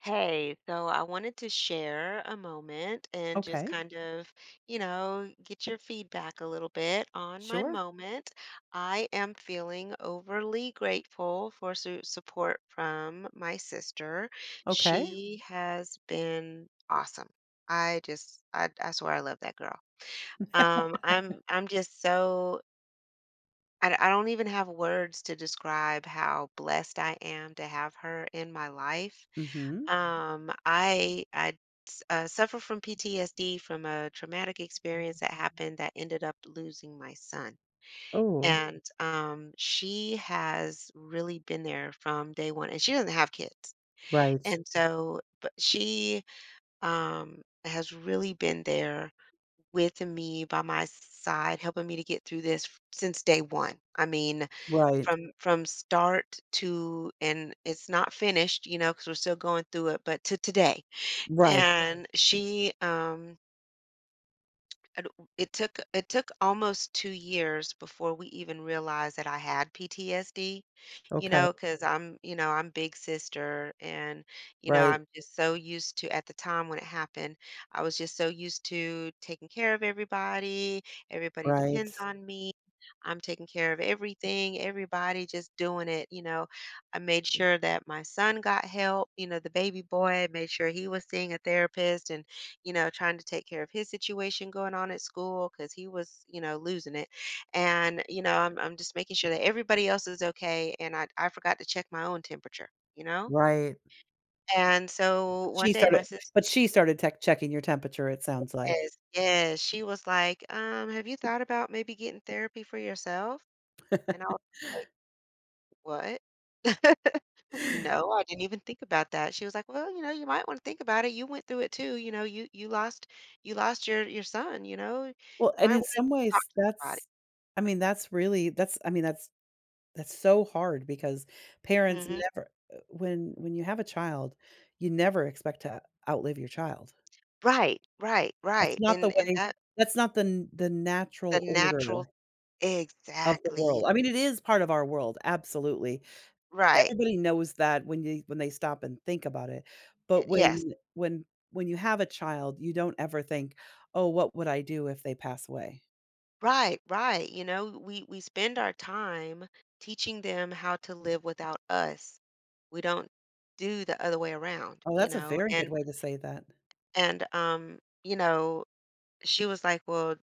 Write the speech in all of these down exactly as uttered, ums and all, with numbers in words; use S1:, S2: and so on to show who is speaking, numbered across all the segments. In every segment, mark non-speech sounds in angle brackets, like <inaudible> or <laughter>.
S1: Hey, so I wanted to share a moment and just
S2: Okay.
S1: kind of, you know, get your feedback a little bit on my
S2: Sure.
S1: moment. I am feeling overly grateful for su support from my sister.
S2: Okay.
S1: She has been awesome. I just, I, I swear I love that girl. Um, I'm, I'm just so, I, I don't even have words to describe how blessed I am to have her in my life.
S2: Mhm.
S1: um, I I s- uh, suffer from P T S D from a traumatic experience that happened that ended up losing my son. Mm.
S2: Oh,
S1: And um, she has really been there from day one, and she doesn't have kids.
S2: right.
S1: And so, but she um, has really been there with me by my side, helping me to get through this f- since day one. I mean,
S2: Right.
S1: from from start to, and it's not finished, you know, because we're still going through it, but to today.
S2: Right.
S1: And she, um, it it took it took almost two years before we even realized that I had P T S D, you
S2: Okay.
S1: know, because 'cause I'm, you know, I'm big sister and, you know,
S2: Right.
S1: I'm just so used to at the time when it happened, I was just so used to taking care of everybody, everybody
S2: Right.
S1: depends on me, I'm taking care of everything, everybody just doing it, you know. I made sure that my son got help, you know, the baby boy, made sure he was seeing a therapist and you know, trying to take care of his situation going on at school because he was, you know, losing it. And, you know, I'm, I'm just making sure that everybody else is okay. And I, I forgot to check my own temperature, you know?
S2: Right.
S1: And so
S2: But she
S1: one day my
S2: started
S1: sister
S2: but she started tech checking your temperature, it sounds like.
S1: says, yes, she was like, um, have you thought about maybe getting therapy for yourself? And I was
S2: <laughs>
S1: like, what? No, I didn't even think about that. She was like, well, you know, you might want to think about it. You went through it too. You know, you, you lost, you lost your, your son, you know,
S2: Well,
S1: you
S2: and
S1: might
S2: in
S1: want to
S2: some
S1: talk
S2: ways,
S1: to
S2: that's I mean, that's really that's I mean, that's that's so hard because parents
S1: somebody.
S2: never uh, when when you have a child, you never expect to outlive your child.
S1: Right, right,
S2: That's
S1: right,
S2: not the
S1: and and
S2: way
S1: that
S2: that's not the n the
S1: the
S2: natural
S1: natural
S2: order. Of the
S1: exactly,
S2: world. I mean, it is part of our world, absolutely.
S1: right,
S2: Everybody knows that when you when they stop and think about it. But
S1: eh, yes,
S2: when when when you have a child, you don't ever think, "Oh, what would I do if they pass away?"
S1: right, right, you know, we we spend our time teaching them how to live without us. We don't do the other way around,
S2: Oh,
S1: you
S2: that's a
S1: know,
S2: very good
S1: and
S2: way to say that,
S1: and, um, you know, she was like, "Well,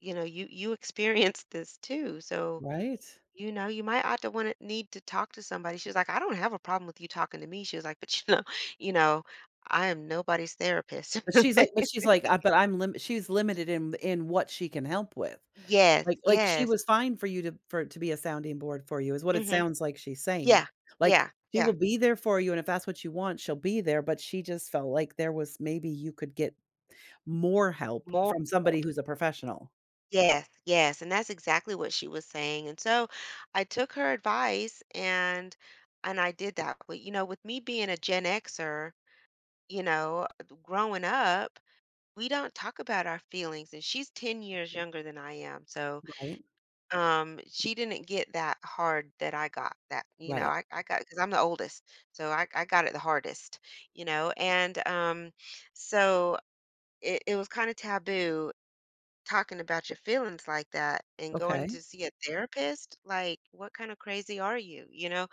S1: you know, you you experienced this too, so
S2: right?
S1: you know, you might ought to wanna need to talk to somebody." She was like, "I don't have a problem with you talking to me." She was like, "But, you know <laughs> you know, I am nobody's therapist."
S2: But she's like but she's
S1: <laughs>
S2: like, "Uh, but I'm lim," she's limited in in what she can help with.
S1: Yes,
S2: Like like, she
S1: yes.
S2: was fine for you to for to be a sounding board for you is what it
S1: Mhm.
S2: sounds like she's saying.
S1: Yeah,
S2: Like,
S1: yeah,
S2: she will
S1: yeah.
S2: be there for you, and if that's what you want, she'll be there, but she just felt like there was maybe you could get more help
S1: More
S2: from somebody
S1: help.
S2: who's a professional.
S1: Yes, yes, and that's exactly what she was saying, and so I took her advice and and I did that. But, you know, with me being a Gen Xer, you know, uh, growing up, we don't talk about our feelings, and she's ten years younger than I am, so
S2: Right,
S1: Um, she didn't get that hard that I got that, you know,
S2: right.
S1: I I got because 'cause I'm the oldest, so I I got it the hardest, you know, and, um, so it it was kinda taboo talking about your feelings like that and going
S2: Okay.
S1: to see a therapist, like, what kind of crazy are you, you know?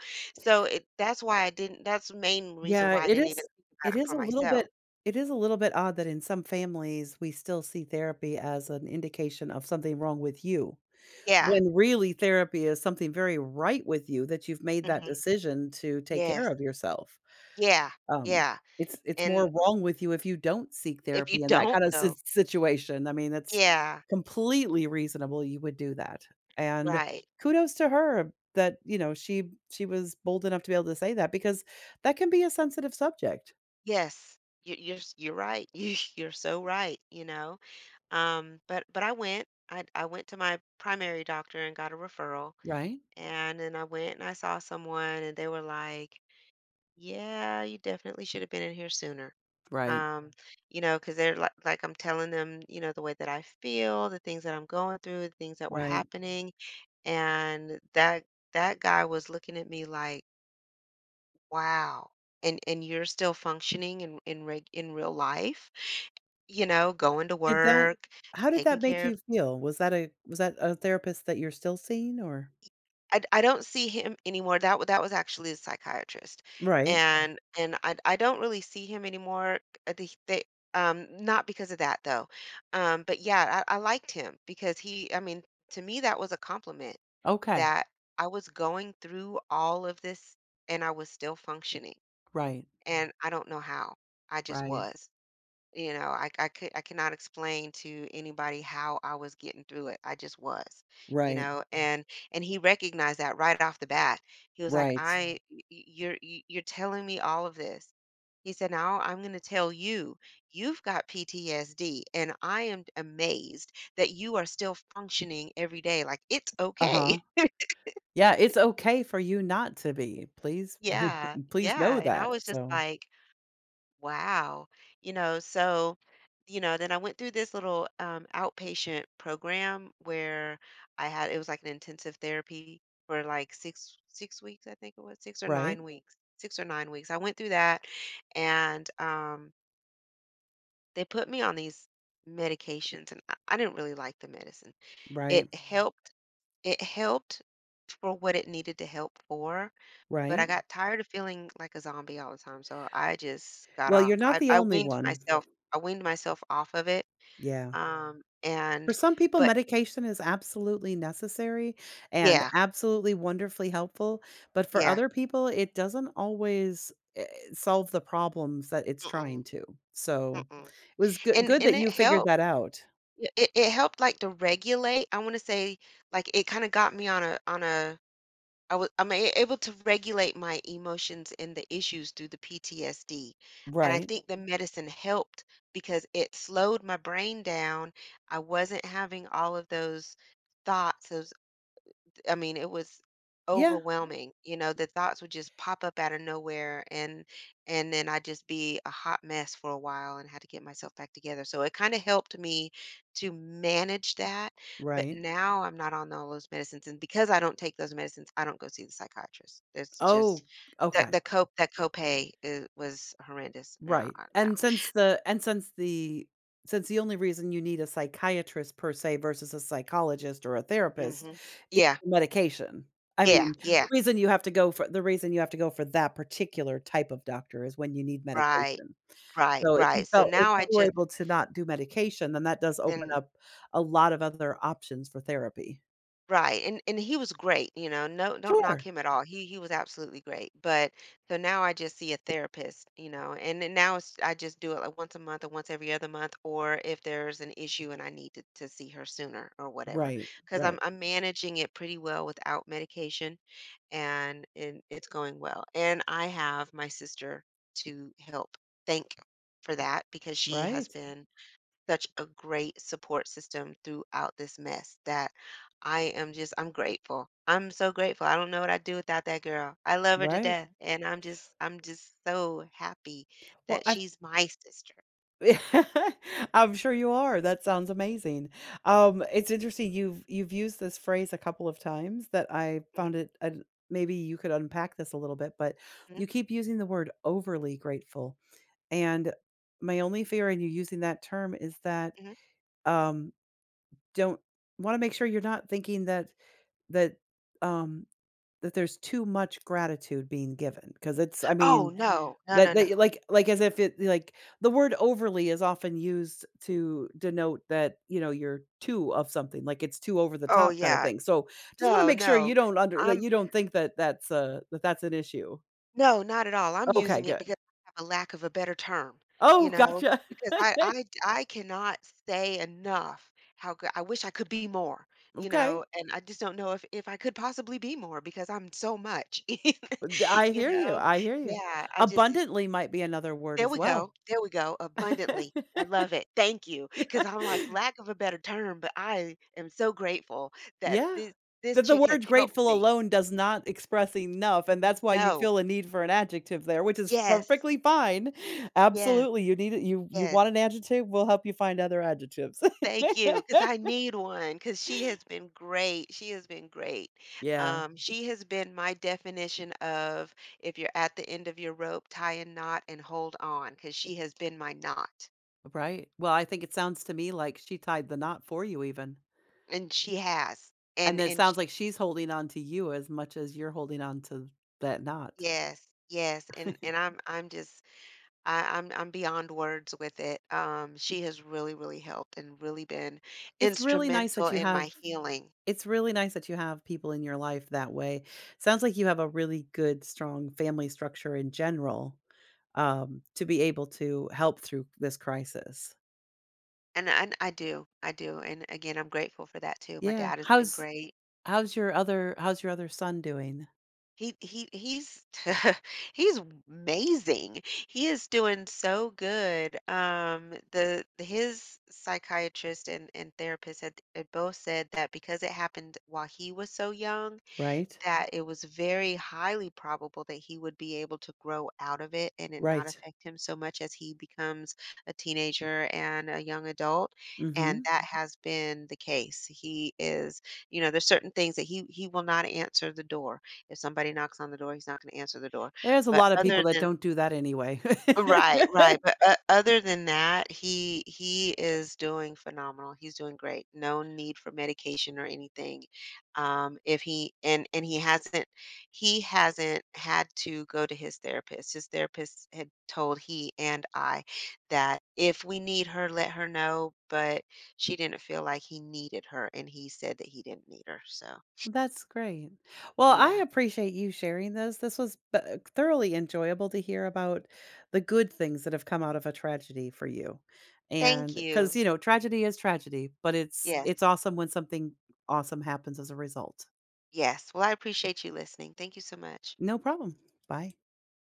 S1: So it that's why I didn't that's the main reason
S2: Yeah,
S1: why I
S2: it
S1: didn't even
S2: is
S1: think about
S2: it
S1: it
S2: is
S1: for
S2: a little
S1: myself.
S2: bit it is a little bit odd that in some families, we still see therapy as an indication of something wrong with you,
S1: Yeah.
S2: when really therapy is something very right with you that you've made that
S1: Mhm.
S2: decision to take care
S1: Yes.
S2: of yourself.
S1: Yeah,
S2: Um,
S1: yeah,
S2: it's it's more <laughs>
S1: and
S2: wrong with you if you don't seek
S1: if you
S2: therapy in that
S1: don't
S2: kind of si
S1: go
S2: situation. I mean, that's
S1: yeah,
S2: completely reasonable you would do that, and
S1: right.
S2: kudos to her that, you know, she she was bold enough to be able to say that because that can be a sensitive subject.
S1: Yes. You you're s you're right. <laughs> You you're so right, you know? Um, but but I went. I I went to my primary doctor and got a referral,
S2: Right,
S1: and then I went and I saw someone, and they were like, "Yeah, you definitely should have been in here sooner."
S2: right.
S1: Um, you know, because 'cause they're like like, I'm telling them, you know, the way that I feel, the things that I'm going through, the things that were
S2: Right.
S1: happening, and that that guy was looking at me like, "Wow, and and you're still functioning in in reg in real life?" You know, going to
S2: Did that
S1: work,
S2: how did that
S1: taking
S2: make
S1: care of
S2: you feel? Was that a was that a therapist that you're still seeing or
S1: I d I don't see him anymore, that wa that was actually a psychiatrist. Mhm.
S2: Right.
S1: And and I I don't really see him anymore, uh, the they um, not because of that, though, um, but yeah, I I liked him because he I mean, to me, that was a compliment
S2: Okay.
S1: that I was going through all of this, and I was still functioning.
S2: Right,
S1: Mhm. And I don't know how, I just
S2: right.
S1: was. You know, I I could I cannot explain to anybody how I was getting through it. I just was, you
S2: Right,
S1: know, and and he recognized that right off the bat. He was like,
S2: right.
S1: "I, y- y- you're y- you're telling me all of this." He said, "Now I'm going to tell you, you've got P T S D, and I am amazed that you are still functioning every day. Like it's okay."
S2: Uh-huh.
S1: <laughs>
S2: Yeah, it's okay for you not to be. Please <laughs>
S1: Yeah,
S2: please
S1: yeah.
S2: know
S1: And I
S2: that.
S1: was just
S2: So
S1: like, wow. You know, so, you know, then I went through this little um, outpatient program where I had it was like an intensive therapy for like six six weeks, I think it was six or
S2: Right,
S1: nine weeks, six or nine weeks. I went through that, and um, they put me on these medications, and I, I didn't really like the medicine.
S2: right,
S1: It Mhm. helped. It helped for what it needed to help for, but
S2: right.
S1: I got tired of feeling like a zombie all the time, so I just got
S2: Well,
S1: off.
S2: you're not
S1: I
S2: the
S1: I
S2: only
S1: weaned Yeah.
S2: one.
S1: myself. I weaned myself off of it.
S2: Yeah.
S1: Yeah. Um,
S2: For
S1: and
S2: some people,
S1: but
S2: medication is absolutely necessary and
S1: yeah,
S2: absolutely wonderfully helpful, but for
S1: yeah.
S2: other people, it doesn't always, eh, solve the problems that it's trying
S1: Mm-mm,
S2: to. So, it
S1: mm-mm.
S2: was good
S1: And
S2: good that
S1: and it
S2: you figured
S1: helped.
S2: that out.
S1: Yeah, it it helped, like, to regulate. I wanna say, like, it kinda got me on a on a I was I'm a- able to regulate my emotions and the issues through the P T S D. And I
S2: Right.
S1: think the medicine helped because it slowed my brain down. I wasn't having all of those thoughts, those I mean, it was
S2: Yeah,
S1: overwhelming, you know, the thoughts would just pop up out of nowhere and and then I'd just be a hot mess for a while and had to get myself back together. So it kind of helped me to manage that. But
S2: right.
S1: now I'm not on all those medicines. And because I don't take those medicines, I don't go see the psychiatrist. It's just
S2: Oh,
S1: the
S2: okay.
S1: the co that copay is, was horrendous. No,
S2: Right,
S1: I- no.
S2: and since the and since the since the only reason you need a psychiatrist per se versus a psychologist or a therapist
S1: Hmm.
S2: is
S1: Yeah.
S2: medication. I
S1: Yeah.
S2: mean, the
S1: Yeah.
S2: reason you have to go for the reason you have to go for that particular type of doctor is when you need
S1: Right.
S2: medication.
S1: Right.
S2: So if you
S1: Right. So
S2: felt if
S1: now I
S2: you were
S1: just
S2: able to not do medication, then that does open
S1: then
S2: up a lot of other options for therapy.
S1: right, and and he was great, you know, no don't knock
S2: Sure.
S1: him at all. He he was absolutely great, but so now I just see a therapist, you know, and then now it's, I just do it like once a month or once every other month, or if there's an issue and I need to, to see her sooner or whatever,
S2: Right,
S1: because I'm
S2: right.
S1: I'm managing it pretty well without medication, and and it's going well. And I have my sister to help. Thank for that because she has
S2: Right,
S1: been such a great support system throughout this mess that I am just I'm grateful. I'm so grateful. I don't know what I'd do without that girl. I love her to
S2: right.
S1: death, and I'm just I'm just so happy
S2: Well,
S1: that
S2: I
S1: she's my sister.
S2: <laughs> I'm sure you are. That sounds amazing. Um, it's interesting. You've you've used this phrase a couple of times that I
S1: Mhm,
S2: found it. Uh, maybe you could unpack this a little bit, but
S1: mhm,
S2: you keep using the word overly grateful, and my only fear in you using that term is that
S1: mhm.
S2: um, don't want to make sure you're not thinking that that um, that there's too much gratitude being given because it's I
S1: Oh
S2: mean,
S1: no, no, no,
S2: that
S1: no.
S2: they like like, as if it like, the word overly is often used to denote that, you know, you're too of something, like it's too over the
S1: Oh
S2: top kinda
S1: yeah,
S2: thing, so, just wanna
S1: no,
S2: make sure
S1: no.
S2: you don't under that
S1: I'm.
S2: you don't think that that's uh that that's an issue.
S1: No, not at all. I'm
S2: Okay,
S1: using it
S2: good.
S1: because I have a lack of a better term, you
S2: Oh,
S1: know,
S2: gotcha.
S1: because I
S2: <laughs>
S1: I I cannot say enough how good I wish I could be more, you
S2: Okay.
S1: know, and I just don't know if if I could possibly be more because I'm so much.
S2: Th-
S1: <laughs>
S2: I
S1: You
S2: hear you,
S1: know?
S2: I hear you.
S1: Yeah, I just
S2: Abundantly might be another word
S1: there
S2: as
S1: we go.
S2: well.
S1: There we go.
S2: <laughs>
S1: Abundantly. I love it. Thank you. Because I'm like, lack of a better term, but I am so grateful that
S2: Yeah.
S1: this this
S2: That the
S1: chick has
S2: word
S1: helped
S2: grateful
S1: me.
S2: alone does not express enough, and that's why you
S1: No.
S2: feel a need for an adjective there, which is
S1: Yes.
S2: perfectly fine.
S1: Yes.
S2: Absolutely, you need it you you
S1: Yes.
S2: want an adjective, we'll help you find other adjectives. <laughs>
S1: Thank you, because I need one, because she has been great. She has been great.
S2: Yeah,
S1: Um, she has been my definition of if you're at the end of your rope, tie a knot and hold on, because she has been my knot,
S2: right. Well, I think it sounds to me like she tied the knot for you even.
S1: and she has,
S2: And
S1: and
S2: then it
S1: and
S2: sounds
S1: she,
S2: like she's holding on to you as much as you're holding on to that knot.
S1: yes, yes, and and I'm I'm just I, I'm I'm beyond words with it. Um, she has really really helped and really been
S2: It's really nice
S1: instrumental
S2: that you
S1: in my
S2: have
S1: healing.
S2: it's really nice that you have people in your life that way. Sounds like you have a really good, strong family structure in general. Um, to be able to help through this crisis.
S1: And I, I do, I do. And again, I'm grateful for that too. My
S2: Yeah.
S1: dad has been
S2: How's
S1: great.
S2: how's your other how's your other son doing?
S1: He he he's <laughs> he's amazing. He is doing so good. Um, the His psychiatrist and and therapist had, had both said that because it happened while he was so young,
S2: Right?
S1: that it was very highly probable that he would be able to grow out of it and it not
S2: Right.
S1: affect him so much as he becomes a teenager and a young adult. And
S2: Mhm.
S1: that has been the case. He is, you know, there's certain things that he he will not answer the door. If somebody knocks on the door, he's not going to answer the door.
S2: There's a
S1: But
S2: lot of
S1: Yeah.
S2: people
S1: other
S2: that
S1: than
S2: don't do that anyway. <laughs>
S1: right, right, but o other than that, he he is doing phenomenal, he's doing great, no need for medication or anything, um, if he and and he hasn't he hasn't had to go to his therapist, his therapist had told he and I that if we need her, let her know, but she didn't feel like he needed her, and he said that he didn't need her, so,
S2: That's great. Well, I
S1: yeah.
S2: appreciate you sharing this. This was b- uh, thoroughly enjoyable to hear about the good things that have come out of a tragedy for you.
S1: Thank
S2: And cuz
S1: you.
S2: you know, tragedy is tragedy, but it's
S1: Yes,
S2: it's awesome when something awesome happens as a result.
S1: yes, well, I appreciate you listening, thank you so much.
S2: No problem. Bye.